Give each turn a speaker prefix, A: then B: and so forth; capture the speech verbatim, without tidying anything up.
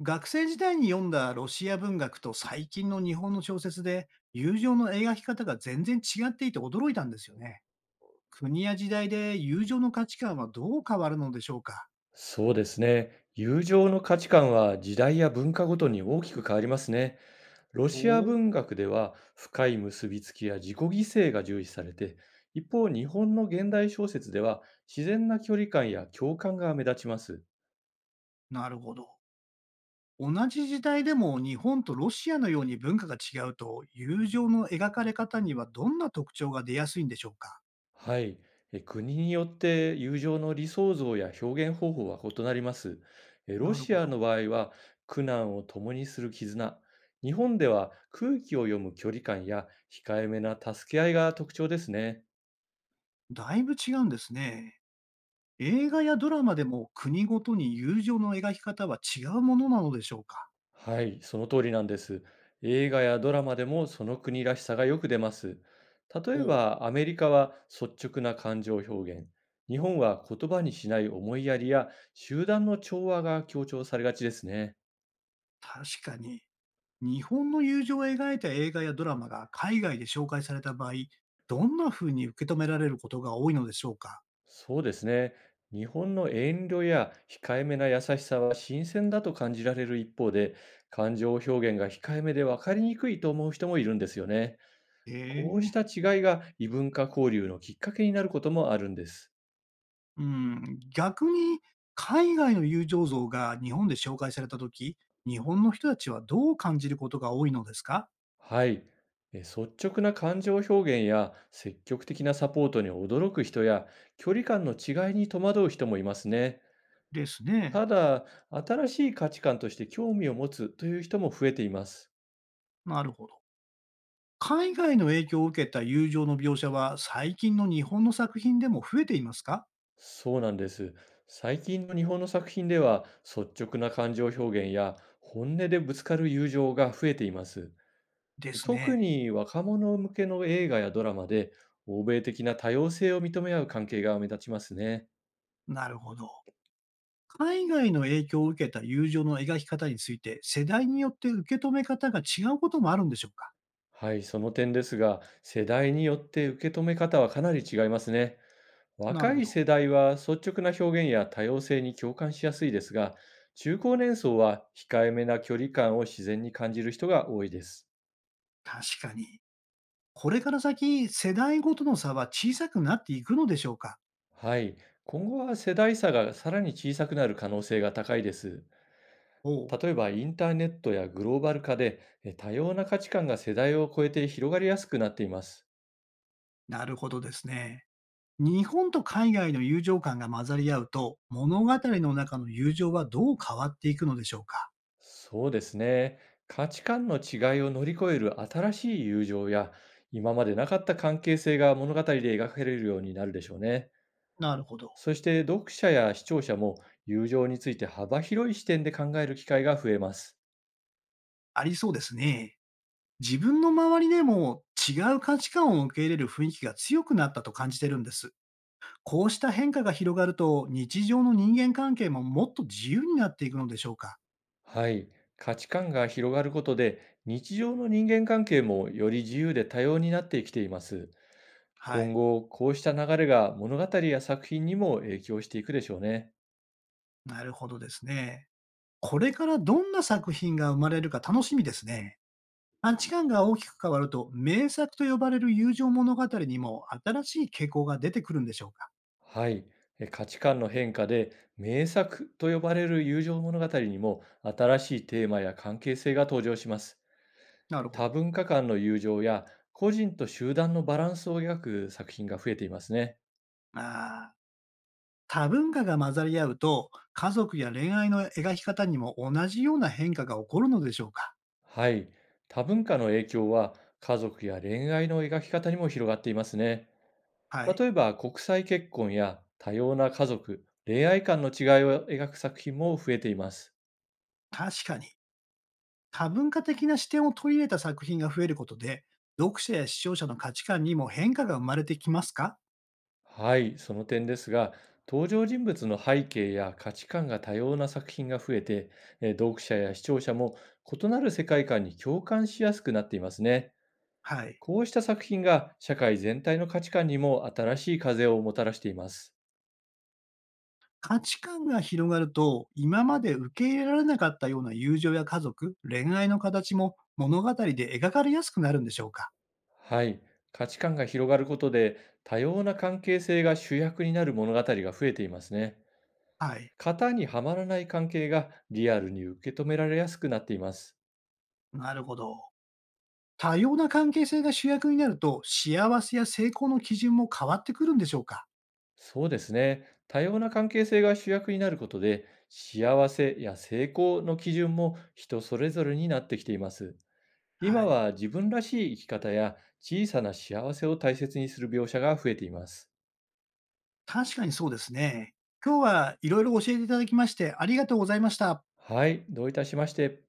A: 学生時代に読んだロシア文学と最近の日本の小説で友情の描き方が全然違っていて驚いたんですよね。国や時代で友情の価値観はどう変わるのでしょうか？
B: そうですね。友情の価値観は時代や文化ごとに大きく変わりますね。ロ
A: お
B: シア
A: お、
B: 文学では深い結びつきや自己犠牲が重視されて、一方、日本の現代小説では自然な距離感や共感が目立ちます。
A: なるほど。同じ時代でも日本とロシアのように文化が違うと友情の描かれ方にはどんな特徴が出やすいんでしょうか？
B: はい。え国によって友情の理想像や表現方法は異なります。えロ
A: なる
B: シ
A: ほ
B: ア
A: ど。
B: の場合は苦難を共にする絆。日本では空気を読む距離感や控えめな助け合いが特徴ですね。
A: だいぶ違うんですね。映画やドラマでも国ごとに友情の描き方は違うものなのでしょうか？
B: はい、その通りなんです。映画やドラマでもその国らしさがよく出ます。
A: お
B: 例え
A: う。
B: ば、アメリカは率直な感情表現、日本は言葉にしない思いやりや集団の調和が強調されがちですね。
A: 確かに、日本の友情を描いた映画やドラマが海外で紹介された場合、どんな風に受け止められることが多いのでしょうか？
B: そうですね。日本の遠慮や控えめな優しさは新鮮だと感じられる一方で、感情表現が控えめで分かりにくいと思う人もいるんですよね。こうし
A: ええ、
B: た違いが異文化交流のきっかけになることもあるんです。
A: うん。逆に、海外の友情像が日本で紹介されたとき、日本の人たちはどう感じることが多いのですか？
B: はい。えー率直な感情表現や積極的なサポートに驚く人や、距離感の違いに戸惑う人もいますね。
A: ですね。
B: ただ、新しい価値観として興味を持つという人も増えています。
A: なるほど。海外の影響を受けた友情の描写は最近の日本の作品でも増えていますか？
B: そうなんです。最近の日本の作品では、率直な感情表現や本音でぶつかる友情が増えています。
A: です
B: 特
A: ね。
B: に若者向けの映画やドラマで、欧米的な多様性を認め合う関係が目立ちますね。
A: なるほど。海外の影響を受けた友情の描き方について、世代によって受け止め方が違うこともあるんでしょうか？
B: はい、その点ですが、世代によって受け止め方はかなり違いますね。
A: なる
B: 若
A: ほ
B: い
A: ど。
B: 世代は率直な表現や多様性に共感しやすいですが、中高年層は控えめな距離感を自然に感じる人が多いです。
A: 確かに。これから先、世代ごとの差は小さくなっていくのでしょうか？
B: はい、今後は世代差がさらに小さくなる可能性が高いです。
A: おお、
B: 例えばインターネットやグローバル化で、え多様な価値観が世代を超えて広がりやすくなっています。
A: なるほどですね。日本と海外の友情感が混ざり合うと、物語の中の友情はどう変わっていくのでしょうか？
B: そうですね。価値観の違いを乗り越える新しい友情や、今までなかった関係性が物語で描かれるようになるでしょうね。
A: なるほど。
B: そして読者や視聴者も、友情について幅広い視点で考える機会が増えます。
A: ありそうですね。自分の周りでも違う価値観を受け入れる雰囲気が強くなったと感じてるんです。こうした変化が広がると、日常の人間関係ももっと自由になっていくのでしょうか？
B: はい。価値観が広がることで、日常の人間関係もより自由で多様になってきています。
A: は
B: 今
A: い、
B: 後、こうした流れが物語や作品にも影響していくでしょうね。
A: なるほどですね。これからどんな作品が生まれるか楽しみですね。価値観が大きく変わると、名作と呼ばれる友情物語にも新しい傾向が出てくるんでしょうか？
B: はい。え価値観の変化で、名作と呼ばれる友情物語にも新しいテーマや関係性が登場します。
A: なるほど。
B: 多文化間の友情や、個人と集団のバランスを描く作品が増えていますね。
A: ああ、多文化が混ざり合うと、家族や恋愛の描き方にも同じような変化が起こるのでしょうか？
B: はい。多文化の影響は家族や恋愛の描き方にも広がっていますね。
A: はい、
B: 例えば国際結婚や多様な家族、恋愛観の違いを描く作品も増えています。
A: 確かに。多文化的な視点を取り入れた作品が増えることで、読者や視聴者の価値観にも変化が生まれてきますか？
B: はい、その点ですが、登場人物の背景や価値観が多様な作品が増えて、えー読者や視聴者も異なる世界観に共感しやすくなっていますね。
A: はい。
B: こうした作品が社会全体の価値観にも新しい風をもたらしています。
A: 価値観が広がると、今まで受け入れられなかったような友情や家族、恋愛の形も物語で描かれやすくなるんでしょうか？
B: はい、価値観が広がることで、多様な関係性が主役になる物語が増えていますね。
A: はい。
B: 型にはまらない関係がリアルに受け止められやすくなっています。
A: なるほど。多様な関係性が主役になると、幸せや成功の基準も変わってくるんでしょうか？
B: そうですね。多様な関係性が主役になることで、幸せや成功の基準も人それぞれになってきています。
A: は
B: 今
A: い。
B: は自分らしい生き方や小さな幸せを大切にする描写が増えています。
A: 確かにそうですね。今日はいろいろ教えていただきまして、ありがとうございました。
B: はい、どういたしまして。